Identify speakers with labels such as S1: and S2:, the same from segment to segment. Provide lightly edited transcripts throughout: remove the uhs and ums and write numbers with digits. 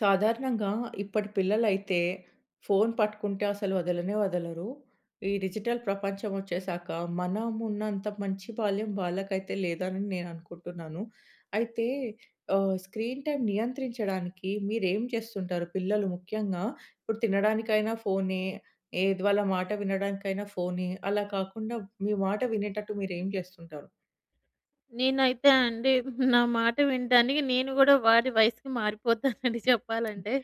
S1: సాధారణంగా ఇప్పటి పిల్లలైతే ఫోను పట్టుకుంటే అసలు వదలనే వదలరు. ఈ డిజిటల్ ప్రపంచం వచ్చేసాక మనమున్నంత మంచి బాల్యం వాళ్ళకైతే లేదని నేననుకుంటున్నాను. అయితే స్క్రీన్ టైమ్ నియంత్రించడానికి మీరేం చేస్తుంటారు? పిల్లలు ముఖ్యంగా ఇప్పుడు తినడానికైనా ఫోనే, ఏది వాళ్ళ మాట వినడానికైనా ఫోనే, అలా కాకుండా మీ మాట వినేటట్టు మీరేం చేస్తుంటారు?
S2: నేనైతే అండి నా మాట వినడానికి నేను గూడా వాడి వయసుకి మారిపోతానండి చెప్పాలంటే.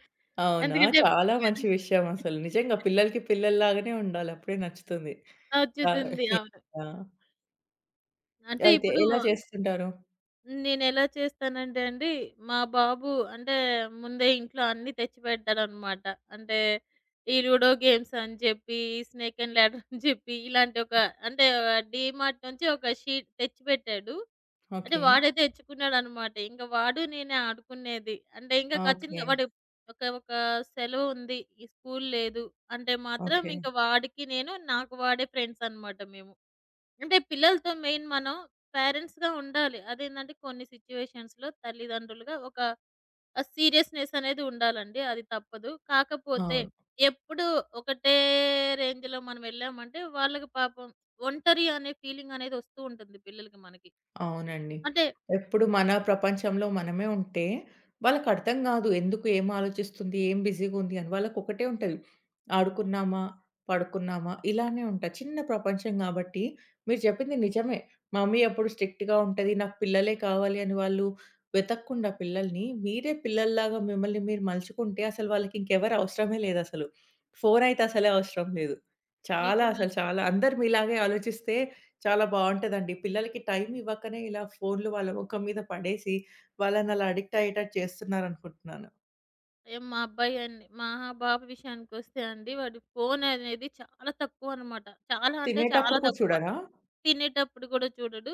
S1: అవునా!
S2: ఎందుకంటే
S1: చాలా మంచి విషయం అసలు. నిజంగా పిల్లలకి పిల్లల్లాగానే ఉండాలి. అప్పుడే నచ్చుతుంది. ఆ!
S2: వచ్చుతుంది. అవును.
S1: ఆ!
S2: అంటే
S1: అయితే
S2: ఇప్పుడు
S1: ఎలా చేస్తుంటారు?
S2: నేనెలా చేస్తానంటే అండి, మా బాబు అంటే ముందే ఇంట్లో అన్నీ తెచ్చిపెడతాడనమాట. అంటే ఈ లూడో గేమ్స్ అని జెప్పి, ఈ స్నేక్ అండ్ ల్యాడర్ అని జెప్పి ఇలాంటి ఒక అంటే డీమార్ట్ నుంచి ఒక షీట్ తెచ్చిపెట్టాడు. అంటే
S1: ఓకే.
S2: వాడే తెచ్చుకున్నాడనమాట. ఇంక వాడు నేనే ఆడుకునేది. అంటే ఇంకా
S1: ఓకే.
S2: ఖచ్చితంగా వాడు ఒక ఒక సెలవుంది. ఈ స్కూల్ లేదు అంటే మాత్రం
S1: ఓకే.
S2: ఇంక వాడికి నేను, నాకు వాడే ఫ్రెండ్స్ అనమాట మేము. అంటే పిల్లలతో మెయిన్ మనం పేరెంట్స్‌గా ఉండాలి. అదేందంటే కొన్ని సిట్యుయేషన్స్‌లో తల్లిదండ్రులుగా ఒక సీరియస్‌నెస్ అనేది ఉండాలండి. అది తప్పదు. కాకపోతే
S1: అవును.
S2: ఎప్పుడు ఒకటే రేంజ్‌లో మనం వెళ్ళామంటే వాళ్ళకి పాపం ఒంటరి అనే ఫీలింగ్ అనేది వస్తూ ఉంటుంది పిల్లలకి మనకి.
S1: అవునండి.
S2: అంటే
S1: ఎప్పుడు మన ప్రపంచంలో మనమే ఉంటే, వాళ్ళకర్థం గాదు. ఎందుకు, ఏం ఆలోచిస్తుంది, ఏం బిజీగుంది అని. వాళ్ళకొకటే ఉంటది. ఆడుకున్నామా, పడుకున్నామా ఇలానే ఉంటాయి. చిన్న ప్రపంచం గాబట్టి మీరు జెప్పింది నిజమే. మమ్మీ ఎప్పుడు స్ట్రిక్ట్‌గా ఉంటది. నాకు పిల్లలే కావాలి అని వాళ్ళు వెతక్కుండా పిల్లల్ని, మీరే పిల్లల్లాగా మిమ్మల్ని మీరు మలుచుకుంటే అసలు వాళ్ళకింకెవరు అవసరమే లేదసలు. ఫోనయితే అసలే అవసరం లేదు. చాలా అసలు
S2: నిజమండి.
S1: చాలా అందరు మీలాగే ఆలోచిస్తే చాలా బావుంటదండి. పిల్లలకి టైమ్ ఇవ్వకనే ఇలా ఫోన్‌లు వాళ్ళ ముఖం మీద పడేసి, వాళ్ళని అలా అడిక్ట్ అయ్యేటట్టు చేస్తున్నారనుకుంటున్నాను.
S2: ఏ మా అబ్బాయి అండి మా బాబు విషయానికొస్తే అండి వాడు ఫోన్ అనేది చాలా తక్కువ అనమాట. చాలా అంటే
S1: తినేటప్పుడు
S2: చాలా
S1: కూడా
S2: తక్కువ.
S1: చూడరా?
S2: తినేటప్పుడు గూడా చూడడు.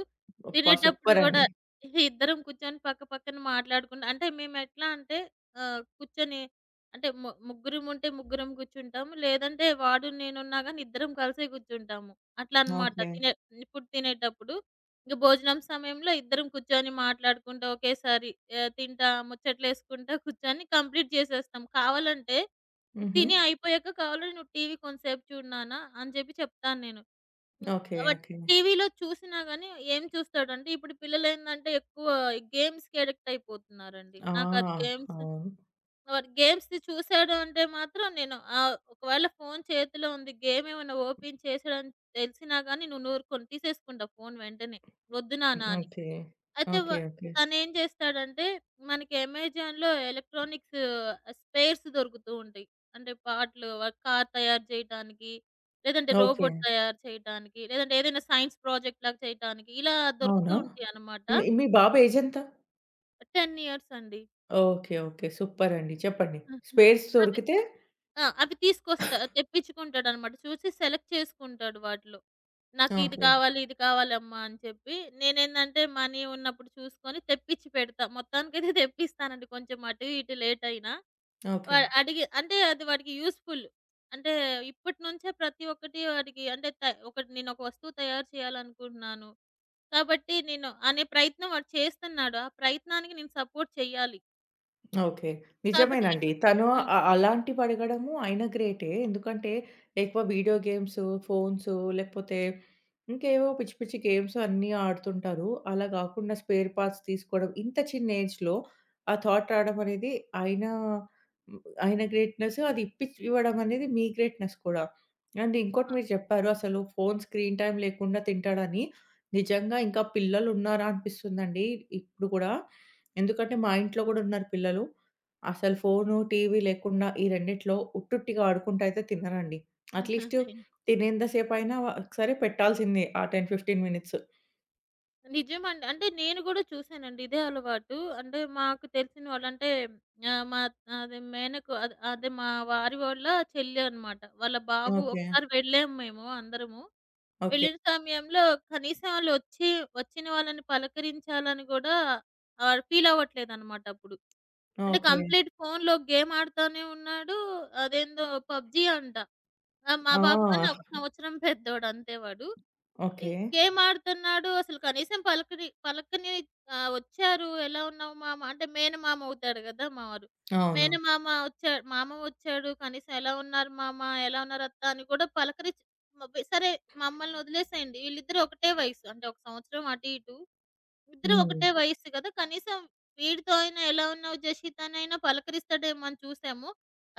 S1: అబ్బా!
S2: తినేటప్పుడు గూడా
S1: సూపరండి.
S2: ఇద్దరం కూర్చొని పక్క పక్కన మాట్లాడుకుంట అంటే మేమెట్లా అంటే కూర్చొని అంటే ముగ్గురముంటే ముగ్గురం కూర్చుంటాము. లేదంటే వాడు నేనున్నా గాని ఇద్దరం కలిసే కూర్చుంటాము. అట్లా అన్నమాట.
S1: ఓకే.
S2: ఫుడ్ తినేటప్పుడు. ఇంక భోజనం సమయంలో ఇద్దరం కూర్చొని మాట్లాడుకుంటా ఒకేసారి తింటా, ముచ్చట్లేసుకుంటా కూర్చొని కంప్లీట్ చేసేస్తాం. కావాలంటే
S1: హుహు.
S2: తిని అయిపోయాక కావాలంటే "నువ్వు టీవీ కొంతసేపు చూడు నాన్న" అని చెప్పి చెప్తాను నేను. హ్మ్.
S1: ఓకే.
S2: But
S1: okay.
S2: టీవీలో చూసినా గాని ఏం చూస్తాడంటే, ఇప్పుడు పిల్లలేందంటే ఎక్కువ గేమ్స్‌కి అడిక్ట్ అయిపోతున్నారండి.
S1: ఆ!
S2: నాకది గేమ్స్
S1: అవును.
S2: వాడు గేమ్స్‌ది చూసాడు అంటే మాత్రం నేను ఒకవేళ ఫోను చేతిలో ఉంది, గేమ్ ఏమైనా ఓపెన్ చేసాడని తెలిసినా గాని, "నువ్వు ఊరుకోను తీసేసుకుంటా ఫోను వెంటనే. వద్దు నాన్న" అని.
S1: ఓకే.
S2: అయితే
S1: ఓకే. ఓకే.
S2: తనేం చేస్తాడంటే, మనకి అమెజాన్‌లో ఎలక్ట్రానిక్స్ స్పేర్స్ దొరుకుతూ ఉంటాయి. అంటే పార్ట్‌లు వ కార్ తయారు చేయటానికి, లేదంటే
S1: ఓకే.
S2: రోబోట్ తయారు చేయటానికి, లేదంటే ఏదైనా సైన్స్ ప్రాజెక్ట్ లాగా చేయటానికి ఇలా దొరుకుతూ
S1: అవునా?
S2: ఉంటాయన్నమాట.
S1: మీ మీ బాబు ఏజెంత?
S2: 10 ఇయర్స్ అండి.
S1: ఓకే. ఓకే. సూపరండి. చెప్పండి. స్పేస్
S2: అవి
S1: దొరికితే
S2: ఆ! అవి తీసుకొస్తా తెప్పించుకుంటాడనమాట. చూసి సెలెక్ట్ చేసుకుంటాడు వాటిలో. నాకిది
S1: ఓకే.
S2: కావాలి, ఇది కావాలమ్మా అని చెప్పి. నేనేందంటే మనీ ఉన్నప్పుడు చూసుకొని తెప్పిచ్చి పెడతా. మొత్తానికైతే తెప్పిస్తానండి. కొంచెం అటు ఇటు లేట్ అయినా. వ
S1: ఓకే.
S2: అడిగి అంటే అది వాడికి యూజ్‌ఫుల్. అంటే ఇప్పటి నుంచే ప్రతి ఒక్కటి వాడికి అంటే త ఒకటి నేనొక వస్తువు తయారు చేయాలనుకుంటున్నాను. కాబట్టి నేను అనే ప్రయత్నం వాడు చేస్తున్నాడు. ఆ ప్రయత్నానికి నేను సపోర్ట్ చేయాలి.
S1: ఓకే.
S2: కాబట్టి
S1: నిజమేనండి.
S2: ఇటు
S1: తను
S2: హ్మ్.
S1: అలాంటివి అడగడము అయినా గ్రేటే. ఎందుకంటే ఎక్కువ వీడియో గేమ్స్, ఫోన్స్ లేకపోతే ఇంకేవో పిచ్చి పిచ్చి గేమ్స్ అన్నీ ఆడుతుంటారు. అలా గాకుండా స్పేర్ పార్ట్స్ తీసుకోవడం ఇంత చిన్న ఏజ్‌లో ఆ థాట్ రావడం అనేది ఆయన హ్మ్. ఆయన గ్రేట్‌నెస్ అది ఇవ్వడం అనేది మీ గ్రేట్‌నెస్ కూడా. అండ్ ఇంకోటి మీరు
S2: అవును.
S1: చెప్పారు అసలు ఫోను స్క్రీన్ టైమ్ లేకుండా తింటాడని. నిజంగా ఇంకా పిల్లలున్నారా అనిపిస్తుందండి ఇప్పుడు గూడా. ఎందుకంటే మా ఇంట్లో గూడా ఉన్నారు పిల్లలు. అసలు ఫోను, టీవీ లేకుండా ఈ రెండిట్లో ఉట్టుట్టిగా ఆడుకుంటా అయితే తినరండి. అట్‌లీస్ట్ తినేంత సేపయినా సరే పెట్టాల్సిందే ఆ 10, 15 మినిట్స్.
S2: నిజమండి. అంటే నేను గూడా చూసానండి ఇదే అలవాటు. అంటే మాకు తెలిసిన వాళ్ళంటే మా అదే మేనకు అద్ అదే మా వారి వాళ్ళ చెల్లి అనమాట. వాళ్ళ బాబు
S1: ఓకే.
S2: ఒకసారి వెళ్ళాము మేము అందరము.
S1: ఓకే.
S2: వెళ్ళిన సమయంలో కనీసం ఆళ్ళొచ్చి వచ్చిన వాళ్ళని పలకరించాలని గూడా ఫీల్ అవ్వట్లేదనమాట అప్పుడు. అంటే
S1: ఓకే.
S2: కంప్లీట్ ఫోన్‌లో గేమ్ ఆడుతానే ఉన్నాడు. అదేందో పబ్‌జీ అంట. మా
S1: ఆ!
S2: బాబు కన్నా ఒక సంవత్సరం పెద్దోడు అంతే వాడు. ఈ
S1: ఓకే.
S2: గేమ్ ఆడుతున్నాడు. అసలు కనీసం పలకని పలకని వచ్చారు. "ఎలా ఉన్నావు మామ?" అంటే మేనమామ అవుతాడు గదా! మా వారు.
S1: అవును.
S2: మేనమామ మామ వచ్చాడు. కనీసం "ఎలా ఉన్నారు మామ? ఎలా ఉన్నారు అత్త?" అని కూడా పలకరిచ్ మబ్ సరే మమ్మల్ని వదిలేసేయండి. వీళ్ళిద్దరూ ఒకటే వయసు. అంటే ఒక సంవత్సరం అటు ఇటు. ఇద్దరు
S1: హ్మ్.
S2: ఒకటే వయస్సు గదా! కనీసం వీడితో అయినా "ఎలా ఉన్నావు జషిత్" అనైనా పలకరిస్తాడేమో అని చూసాము.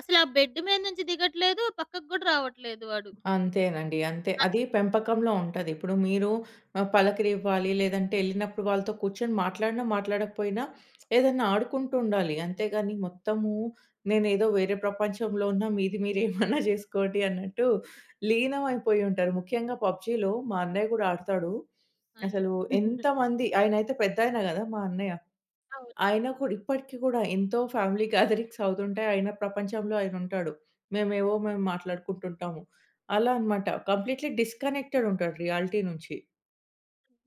S2: అసలు ఆ బెడ్ మీద నుంచి దిగట్లేదు. పక్కకు గూడా రావట్లేదు వాడు.
S1: అంతేనండి. అంతే.
S2: అ
S1: అది పెంపకంలో ఉంటది. ఇప్పుడు మీరు పలకరివ్వాలి, లేదంటే ఎళ్ళినప్పుడు వాళ్ళతో కూర్చొని మాట్లాడినా, మాట్లాడకపోయినా ఏదన్నా ఆడుకుంటూ ఉండాలి. అంతేగాని మొత్తము నేనేదో వేరే ప్రపంచంలో ఉన్నా, మీది మీరు ఏమన్నా జేసుకోండి అన్నట్టు లీనం అయిపోయి ఉంటారు. ముఖ్యంగా పబ్‌జీలో మా అన్నయ్య గూడా ఆడతాడు.
S2: అయ్యో!
S1: అసలు ఎంతమంది ఆయనైతే పెద్దాయన గదా! మా అన్నయ్య.
S2: అవును.
S1: ఆయన కూడా ఇప్పటికి గూడా ఎంతో ఫ్యామిలీ గ్యాదరింగ్స్ అవుతుంటాయి. ఆయన ప్రపంచంలో ఆయనుంటాడు. మేమేవో మేము మాట్లాడుకుంటుంటాము. అలా అన్నమాట. కంప్లీట్‌లీ డిస్‌కనెక్టెడ్ ఉంటాడు రియాలిటీ నుంచి.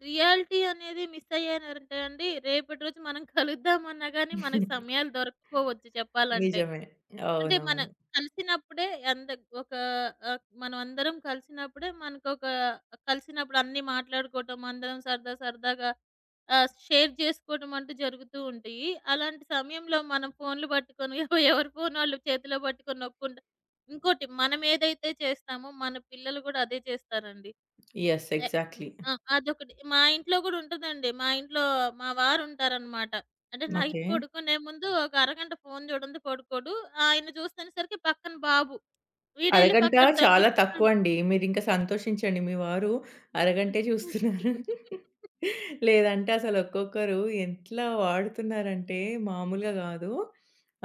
S2: రియాలిటీ అనేది మిసయ్యానంటే అండి, రేపటి రోజు మనం కలుద్దామన్నా గానీ, మనకు సమయాలు దొరక్కపోవచ్చు చెప్పాలంటే.
S1: నిజమే.
S2: అంటే, మన
S1: అవునవును.
S2: కలిసినప్పుడే అంద ఒక ఆహ్, మనమందరం కలిసినప్పుడే కలిసినప్పుడు అన్నీ మాట్లాడుకోవటం, అందరం సరదా సరదాగా షేర్ చేసుకోవడం అంటూ జరుగుతూ ఉంటాయి. అలాంటి సమయంలో మనం ఫోన్‌లు పట్టుకొని ఎవరి ఫోన్ వాళ్ళు చేతిలో పట్టుకొని నొక్కుంట ఇంకోటి మనమేదైతే చేస్తామో, మన పిల్లలు గూడా అదే చేస్తారండి.
S1: యెస్.
S2: ఎ హ్మ్.
S1: ఎగ్జాక్ట్‌లీ.
S2: ఆ! అదొకటి. మా ఇంట్లో గూడా ఉంటదండి. మా ఇంట్లో మా వారుంటారనమాట. అంటే నైట్
S1: ఓకే.
S2: పడుకునే ముందు ఒక అరగంట ఫోను చూడంది పడుకోడు. ఆయన చూస్తునేసరికి పక్కన బాబు. వీడెళ్ళి
S1: అరగంట
S2: పక్కన
S1: చాలా
S2: తొంగిచ్చుకుం
S1: తక్కువండి. మీరింక సంతోషించండి. మీ వారు అరగంటే చూస్తున్నారు. లేదంటే అసలు ఒక్కొక్కరు ఎట్లా వాడుతున్నారంటే మామూలుగా గాదు.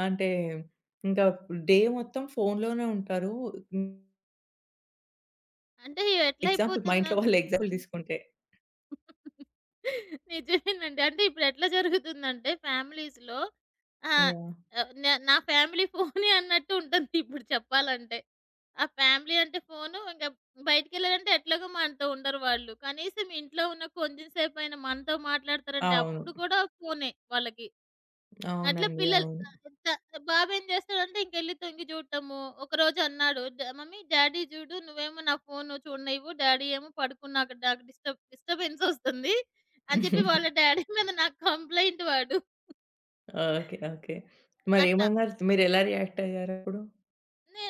S1: అంటే ఇంకా డే మొత్తం ఫోనులోనే ఉంటారు.
S2: అంటే
S1: ఎగ్జాంపుల్ మా
S2: ఎట్లయిపోతుందా
S1: ఇంట్లో వాళ్ళు ఎగ్జాంపుల్ తీసుకుంటే.
S2: నిజమేనండి. అంటే ఇప్పుడెట్లా జరుగుతుందంటే ఫ్యామిలీస్‌లో ఆహ్,
S1: యాహ్!
S2: ఆహ్, న నా నా ఫ్యామిలీ ఫోనే అన్నట్టు ఉంటుంది ఇప్పుడు చెప్పాలంటే. ఆ ఫ్యామిలీ అంటే ఫోను ఇంక బయటికెళ్ళారంటే ఎట్లాగో మనతో ఉండరు వాళ్ళు. కనీసం ఇంట్లో ఉన్న కొంచెం సేపైనా మనతో మాట్లాడతారంటే
S1: అవును.
S2: అప్పుడు కూడా ఫోనే వాళ్ళకి. అట్లా
S1: అవునండి.
S2: పిల్లలు
S1: అవును.
S2: ఎంత బాబేం చేస్తాడంటే ఇంకెళ్ళి తొంగి చూడటము. ఒకరోజు అన్నాడు, "మమ్మీ డ్యాడీ చూడు, నువ్వేమో నా ఫోను చూడనివ్వు, డ్యాడీ ఏమో పడుకున్నా అక్కడ నాకు డిస్టర్బెన్స్ వస్తుంది" అని చెప్పి వాళ్ళ డ్యాడీ మీద నాకు కంప్లెయింట్ వాడు.
S1: ఓకే. ఓకే.
S2: అట్లా.
S1: మరేమన్నారు? మీరెలా రియాక్ట్ అయ్యారప్పుడు?
S2: నే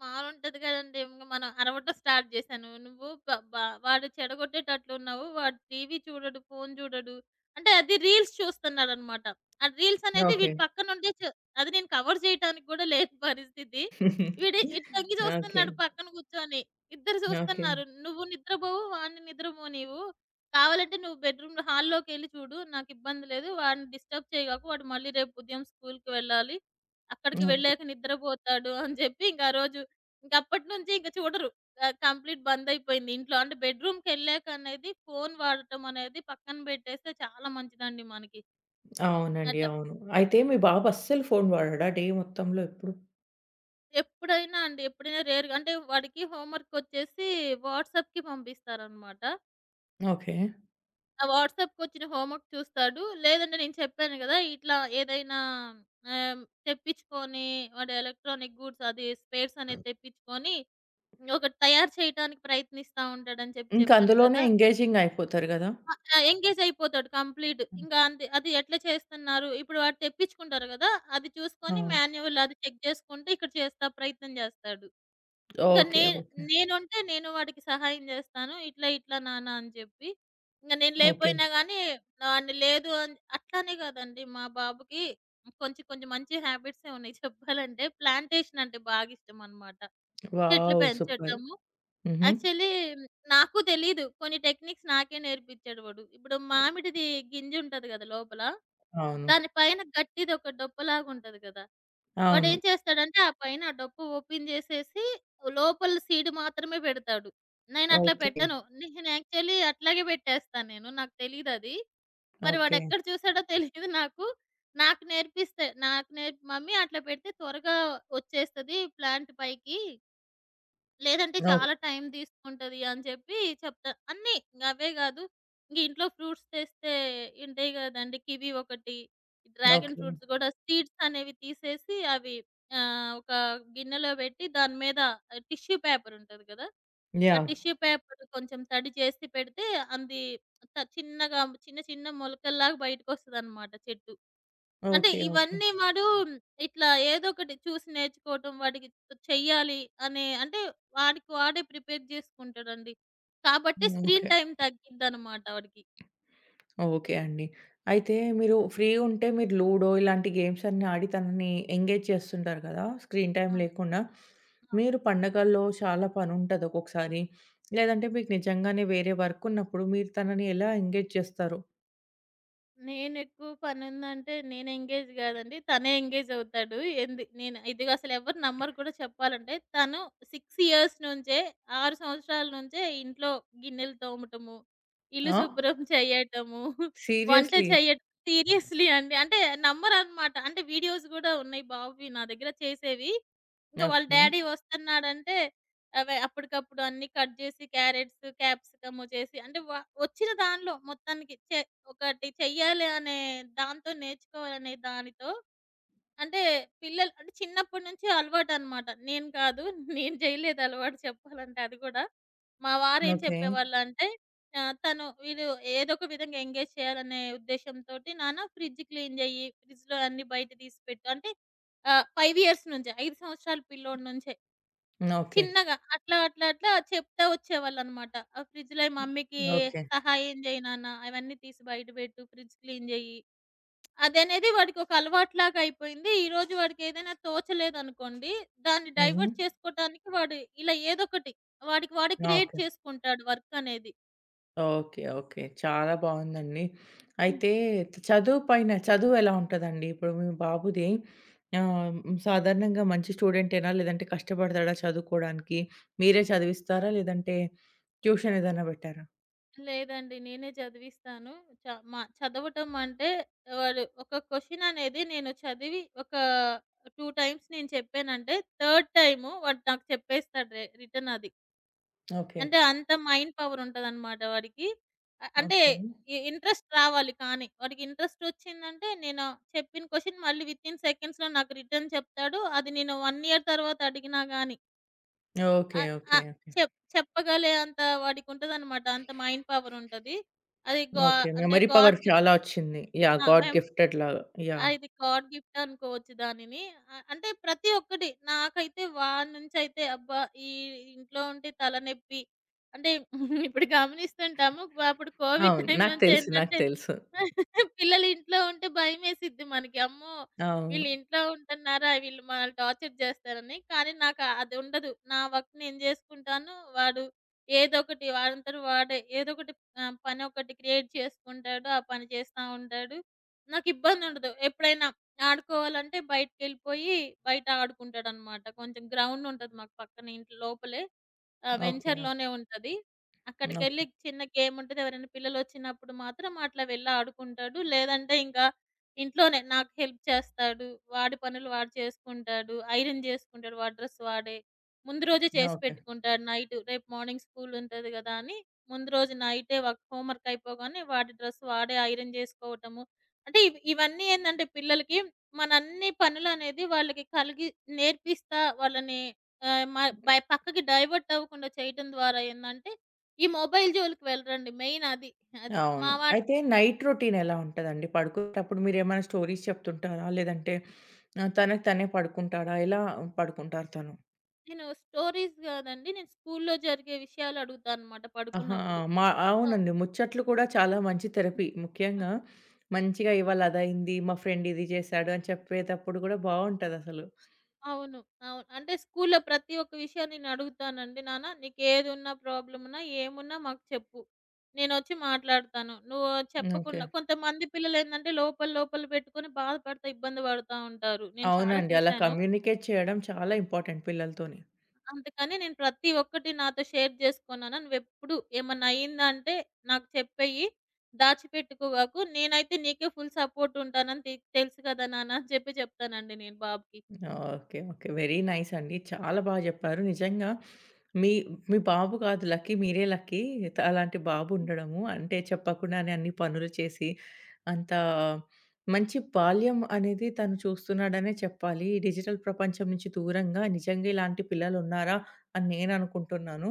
S2: మాలుంటది కదండీ! ఇంగ మనం అరవటం స్టార్ట్ చేశాను. నువ్వు బ బ వాడు చెడగొట్టేటట్లున్నావు. వాడు టీవీ చూడడు, ఫోను చూడడు. అంటే అది రీల్స్ చూస్తున్నాడనమాట. ఆ రీల్స్ అనేది
S1: ఓకే.
S2: వీడి పక్కనుండి అది నేను కవర్ చేయటానికి కూడా లేని పరిస్థితి. వీడు ఇటు తొంగి
S1: ఓకే.
S2: చూస్తున్నాడు పక్కన కూర్చొని. ఇద్దరు
S1: ఓకే. ఓకే.
S2: చూస్తున్నారు. నువ్వు నిద్రపోవు, వాడిని నిద్రపోనివ్వు. కావాలంటే నువ్వు బెడ్‌రూమ్‌లో హాల్లోకెళ్ళి చూడు. నాకిబ్బంది లేదు. వాడిని డిస్టర్బ్ చేయగాకు. వాడు మళ్ళీ రేపు ఉదయం స్కూలుకి వెళ్ళాలి. అక్కడికి వెళ్ళాక నిద్రపోతాడు అని చెప్పి ఇంక ఆ రోజు ఇంకప్పటి నుంచి ఇంక చూడరు. కంప్లీట్ బందయిపోయింది ఇంట్లో. అంటే బెడ్‌రూమ్‌కెళ్ళాక అనేది ఫోను వాడటం అనేది పక్కన బెట్టేస్తే చాలా మంచిదండి మనకి.
S1: అవునండి.
S2: అట్లా.
S1: అవును. అయితే మీ బాబు అస్సలు ఫోను వాడడా డే మొత్తంలో ఎప్పుడు?
S2: ఎప్పుడైనా అండి, ఎప్పుడైనా రేర్‌గా అంటే వాడికి హోంవర్కొచ్చేసి వాట్సాప్‌కి పంపిస్తారనమాట.
S1: ఓకే.
S2: ఆ వాట్సాప్‌కొచ్చిన హోంవర్క్ చూస్తాడు. లేదంటే నేను చెప్పాను గదా! ఇట్లా ఏదైనా తెప్పించుకొని వాడు ఎలక్ట్రానిక్ గూడ్స్ అది స్పేర్స్ అనేది తెప్పించుకొని ఒకటి తయారు చేయటానికి ప్రయత్నిస్తా ఉంటాడని చెప్పి
S1: ఇంక
S2: చెప్పాను
S1: అందులోనే
S2: గదా!
S1: ఎంగేజింగ్ అయిపోతారు గదా!
S2: ఆ! ఆ! ఎంగేజ్ అయిపోతాడు కంప్లీట్.
S1: హ్మ్.
S2: ఇంకా అంతే. అది ఎట్లా చేస్తున్నారు? ఇప్పుడు వాడు తెప్పించుకుంటారు కదా! అది చూసుకొని
S1: అవును.
S2: మాన్యువల్ అది చెక్ చేసుకుంటే ఇక్కడ చేస్తా ప్రయత్నం చేస్తాడు. ఇంకా
S1: ఓకే.
S2: నే
S1: ఓకే.
S2: నేనుంటే నేను వాడికి సహాయం చేస్తాను. ఇట్లా ఇట్లా నాన్న అని చెప్పి. ఇంక నేను
S1: ఓకే.
S2: లేపోయినా గానీ వాడిని లేదు అని అట్లానే కాదండి మా బాబుకి కొంచెం కొంచెం మంచి హ్యాబిట్సే ఉన్నాయి చెప్పాలంటే. ప్లాంటేషన్ అంటే బాగా ఇష్టమనమాట. చెట్లు
S1: వావ్! సూపర్.
S2: పెంచటము
S1: హుహు.
S2: యాక్చువల్లీ నాకు తెలీదు. కొన్ని టెక్నిక్స్ నాకే నేర్పించాడు వాడు. ఇప్పుడు మామిడిది గింజుంటది గదా లోపల.
S1: అవును.
S2: దాని పైన గట్టిదొక డొప్పలాగుంటది గదా!
S1: అవును.
S2: వాడేం చేస్తాడంటే, ఆ పైన ఆ డొప్ప ఓపెన్ జేసేసి లోపల సీడ్ మాత్రమే పెడతాడు. నేనట్లా
S1: ఓకే.
S2: పెట్టను. నేను యాక్చువల్లీ అట్లాగే పెట్టేస్తా నేను. నాకు తెలీదది. మరి
S1: ఓకే.
S2: వాడెక్కడ చూసాడో తెలీదు నాకు. నాకు నేర్పిస్తే నాకు నేర్పి "మమ్మీ అట్లా పెడితే త్వరగా ఒచ్చేస్తది ప్లాంట్ పైకి" లేదంటే
S1: ఓకే.
S2: చాలా టైం తీసుకుంటది అని చెప్పి చెప్తా. అన్నీ ఇంక అవే గాదు. ఇంగ ఇంట్లో ఫ్రూట్స్ తెస్తే ఉంటాయి గదండీ! కివి ఒకటి, డ్రాగన్
S1: ఓకే.
S2: ఫ్రూట్స్ గూడా సీడ్స్ అనేవి తీసేసి అవి ఒక గిన్నెలో బెట్టి దాని మీద టిష్యూ పేపర్ ఉంటది గదా! ఆ
S1: యాహ్!
S2: టిష్యూ పేపర్ కొంచెం తడి చేసి పెడితే అంది త చిన్నగా చిన్న చిన్న మొలకల్లాగా బయటకొస్తదనమాట చెట్టు. అంటే
S1: ఓకే. ఓకే.
S2: ఇవన్నీ వాడు ఇట్లా ఏదో ఒకటి చూసి నేర్చుకోవటం, వాడికి చెయ్యాలి అనే అంటే వాడికి వాడే ప్రిపేర్ జేసుకుంటాడండి. కాబట్టి
S1: ఓకే.
S2: స్క్రీన్ టైమ్ తగ్గిద్దనమాట వాడికి.
S1: ఓకే అండి. అయితే మీరు ఫ్రీగుంటే మీరు లూడో ఇలాంటి గేమ్స్ అన్నీ ఆడి తనని ఎంగేజ్ చేస్తుంటారు కదా! స్క్రీన్ టైమ్
S2: ఆ!
S1: లేకుండా. మీరు పండగల్లో చాలా పనుంటది ఒక్కొక్కసారి. లేదంటే మీకు నిజంగానే వేరే వర్క్ ఉన్నప్పుడు మీరు తనని ఎలా ఎంగేజ్ చేస్తారు?
S2: నేనెక్కువ పనుందంటే నేను ఎంగేజ్ గాదండి. తనే ఎంగేజ్ అవుతాడు. నేను ఇది అసలెవరు నమ్మరు కూడా చెప్పాలంటే. తను 6 ఇయర్స్ నుంచే 6 సంవత్సరాల నుంచే ఇంట్లో గిన్నెలు తోమటము, ఇల్లు
S1: ఆ!
S2: శుభ్రం చేయటము, వంట
S1: సీరియస్‌లీ?
S2: చేయటం సీరియస్‌లీ అండి. అంటే నమ్మరనమాట. అంటే వీడియోస్ గూడా ఉన్నాయి బాబువి నా దగ్గర చేసేవి. ఇంక వాళ్ళ
S1: ఓకే.
S2: డ్యాడీ వస్తన్నాడంటే అవే అప్పటికప్పుడు అన్నీ కట్ జేసి క్యారెట్స్, క్యాప్సికము చేసి అంటే వ వచ్చిన దానిలో మొత్తానికి ఒకటి చెయ్యాలి అనే దాంతో నేర్చుకోవాలనే దానితో అంటే పిల్లలు అంటే చిన్నప్పటి నుంచి అలవాటనమాట. నేను కాదు. నేను చేయలేదు అలవాటు చెప్పాలంటే అది గూడా. మా వారేం
S1: ఓకే.
S2: చెప్పేవాళ్ళంటే ఆహ్, తను వీడు ఏదో ఒక విధంగా ఎంగేజ్ చేయాలనే ఉద్దేశ్యంతోటి, "నాన్న ఫ్రిడ్జ్ క్లీన్ జెయ్యి. ఫ్రిడ్జ్‌లో అన్నీ బయట తీసి పెట్టు." అంటే 5 ఇయర్స్ నుంచే 5 సంవత్సరాల పిల్లోడి నుంచే.
S1: ఓకే.
S2: చిన్నగా అట్లా, అట్లా, అట్లా చెప్తా వచ్చేవాళ్ళనమాట. ఆ ఫ్రిడ్జ్‌లో మమ్మీకి
S1: ఓకే.
S2: సహాయం జెయి నాన్న అవన్నీ తీసి బయట బెట్టు, ఫ్రిడ్జ్ క్లీన్ జెయ్యి. అదనేది వాడికి ఒక అలవాటులాగా అయిపోయింది. ఈరోజు వాడికి ఏదైనా తోచలేదనుకోండి, దాన్ని
S1: హుహు.
S2: డైవర్ట్ చేసుకోటానికి వాడు ఇలా ఏదొకటి వాడికి వాడే క్రియేట్
S1: ఓకే.
S2: చేసుకుంటాడు వర్క్ అనేది.
S1: ఓకే. ఓకే. చాలా బావుందండి. అయితే చదువు పైన చదువు ఎలా ఉంటదండి? ఇప్పుడు మీ బాబుది ఆహ్, హ్మ్. సాధారణంగా మంచి స్టూడెంటేనా? లేదంటే కష్టపడతాడా చదువుకోడానికి? మీరే చదివిస్తారా? లేదంటే ట్యూషన్ ఏదైనా పెట్టారా?
S2: లేదండి. నేనే చదివిస్తాను. చ మా చదవటం అంటే వాడు ఒక క్వెషన్ అనేది నేను చదివి ఒక 2 టైమ్స్ నేను చెప్పానంటే, థర్డ్ టైము వాడు నాకు చెప్పేస్తాడు రిటర్న్ అది.
S1: ఓకే.
S2: అంటే అంత మైండ్ పవర్ ఉంటదనమాట వాడికి. అంటే
S1: ఓకే.
S2: ఇంట్రెస్ట్ రావాలి కానీ. వాడికి ఇంట్రెస్ట్ వచ్చిందంటే నేను చెప్పిన క్వెషన్ మళ్ళీ వితిన్ సెకండ్స్‌లో నాకు రిటర్న్ చెప్తాడు. అది నేను 1 ఇయర్ తర్వాత అడిగినా గాని.
S1: ఓకే.
S2: ఆ!
S1: ఓకే.
S2: ఆ!
S1: ఓకే.
S2: చెప్ చెప్పగలే అంత వాడికుంటదనమాట. అంత మైండ్ పవరుంటది. అది గా
S1: ఓకే.
S2: అంటే
S1: మెమరీ పవర్
S2: గాడ్ గిఫ్ట్.
S1: చాలా వచ్చింది. యాహ్!
S2: ఆ!
S1: గాడ్
S2: మేం
S1: గిఫ్టెడ్ లాగా.
S2: ఆ!
S1: యాహ్!
S2: ఇది గాడ్ గిఫ్ట్ అనుకోవచ్చు దానిని. అంటే ప్రతి ఒక్కటి నాకైతే వాడి నుంచయితే అబ్బా! ఈ ఇంట్లో ఉంటే తలనొప్పి. అంటే ఇప్పుడు గమనిస్తుంటాము. అప్పుడు కోవిడ్
S1: అవును.
S2: టైం
S1: నాకు
S2: నుంచి
S1: తెలుసు. నాకు
S2: ఏంటంటే
S1: తెలుసు.
S2: పిల్లలు ఇంట్లో ఉంటే భయమేసిద్ది మనకి. అమ్మో!
S1: అవును.
S2: వీళ్ళు ఇంట్లో ఉంటున్నారా? వీళ్ళు మనల్ని టార్చర్ చేస్తారని. కానీ నాకు అది ఉండదు. నా వర్క్ నేను చేసుకుంటాను. వాడు ఏదో ఒకటి పని ఒకటి క్రియేట్ చేసుకుంటాడు. ఆ పని చేస్తా ఉంటాడు. నాకిబ్బందుండదు. ఎప్పుడైనా ఆడుకోవాలంటే బయటికెళ్ళిపోయి బయట ఆడుకుంటాడనమాట. కొంచెం గ్రౌండ్ ఉంటది మాకు పక్కన ఇంటి లోపలే. ఆ!
S1: ఓకే.
S2: వెంచర్‌లోనే ఉంటది.
S1: ఓకే. ఓకే.
S2: అక్కడికెళ్ళి చిన్న గేమ్ ఉంటది. ఎవరైనా పిల్లలొచ్చినప్పుడు మాత్రం అట్లా వెళ్ళి ఆడుకుంటాడు. లేదంటే ఇంకా ఇంట్లోనే నాకు హెల్ప్ చేస్తాడు. వాడి పనులు వాడు చేసుకుంటాడు. ఐరన్ చేసుకుంటాడు. వాడి డ్రెస్ వాడే. ముందు రోజే చేసి
S1: ఓకే.
S2: పెట్టుకుంటాడు నైట్. రేపు మార్నింగ్ స్కూల్ ఉంటది కదా! అని ముందు రోజు నైటే హోంవర్క్ అయిపోగానే వాడి డ్రెస్ వాడే ఐరన్ చేసుకోవటము. అంటే ఇవన్నీ ఏందంటే పిల్లలకి మన అన్ని పనులనేది వాళ్ళకి కలిగి నేర్పిస్తా వాళ్ళని ఆహ్, మ బై పక్కకి డైవర్ట్ అవ్వకుండా చేయటం ద్వారా ఏందంటే, ఈ మొబైల్ జోలికి వెళ్ళరండి మెయిన్ అది. అది.
S1: అవును.
S2: మా వాడు
S1: అయితే నైట్ రొటీన్ ఎలా ఉంటదండి? పడుకునేటప్పుడు మీరేమైనా స్టోరీస్ చెప్తుంటారా? లేదంటే తనకి తనే పడుకుంటాడా? ఎలా పడుకుంటారు తను?
S2: నేను స్టోరీస్ గాదండి. నేను స్కూల్లో జరిగే విషయాలు అడుగుతానన్నమాట
S1: ఆహా!
S2: పడుకున్నప్పుడు. ఆ!
S1: అవునండి. ముచ్చట్లు కూడా చాలా మంచి థెరపీ. ముఖ్యంగా మంచిగా ఇవాళ అదయింది, మా ఫ్రెండ్ ఇది చేశాడు అని చెప్పేటప్పుడు కూడా బావుంటదసలు.
S2: అవును. అవును. అంటే స్కూల్లో ప్రతి ఒక్క విషయం నేనడుగుతానండి. నాన్న నీకేదున్నా ప్రాబ్లం ఉన్నా ఏమున్నా మాకు చెప్పు. నేనొచ్చి మాట్లాడతాను. నువ్వు
S1: ఓకే.
S2: చెప్పకుండా కొంతమంది పిల్లలేందంటే లోపల లోపల పెట్టుకొని బాధపడతా, ఇబ్బంది పడతా ఉంటారు. నేను చాలా
S1: అవునండి. అలా
S2: చూసాను.
S1: కమ్యూనికేట్ చేయడం చాలా ఇంపార్టెంట్ పిల్లలతోని.
S2: అందుకని నేను ప్రతి ఒక్కటి నాతో షేర్ చేసుకున్నాను. నువ్వెప్పుడు ఏమన్నా అయిందంటే నాకు చెప్పెయ్యి. దాచిపెట్టుకోగాకు. నేనైతే నీకే ఫుల్ సపోర్ట్ ఉంటానని తెలుసు కదా నాన్న అని చెప్పి చెప్తానండి నేను బాబుకి.
S1: ఓకే. ఓకే. వెరీ నైస్ అండి. చాలా బాగా జెప్పారు. నిజంగా మీ మీ బాబు కాదు లక్కీ. మీరే లక్కీ. అలాంటి బాబు ఉండడము. అంటే చెప్పకుండానే అన్ని పనులు చేసి, అంత మంచి బాల్యం అనేది తను చూస్తున్నాడనే చెప్పాలి. ఈ డిజిటల్ ప్రపంచం నుంచి దూరంగా నిజంగా ఇలాంటి పిల్లలున్నారా అని నేననుకుంటున్నాను.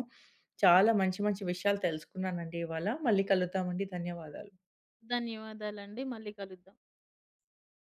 S1: చాలా మంచి మంచి విషయాలు తెలుసుకున్నానండి ఇవాళ. మళ్ళీ కలుద్దామండి. ధన్యవాదాలు.
S2: ధన్యవాదాలండి. మళ్ళీ కలుద్దాం.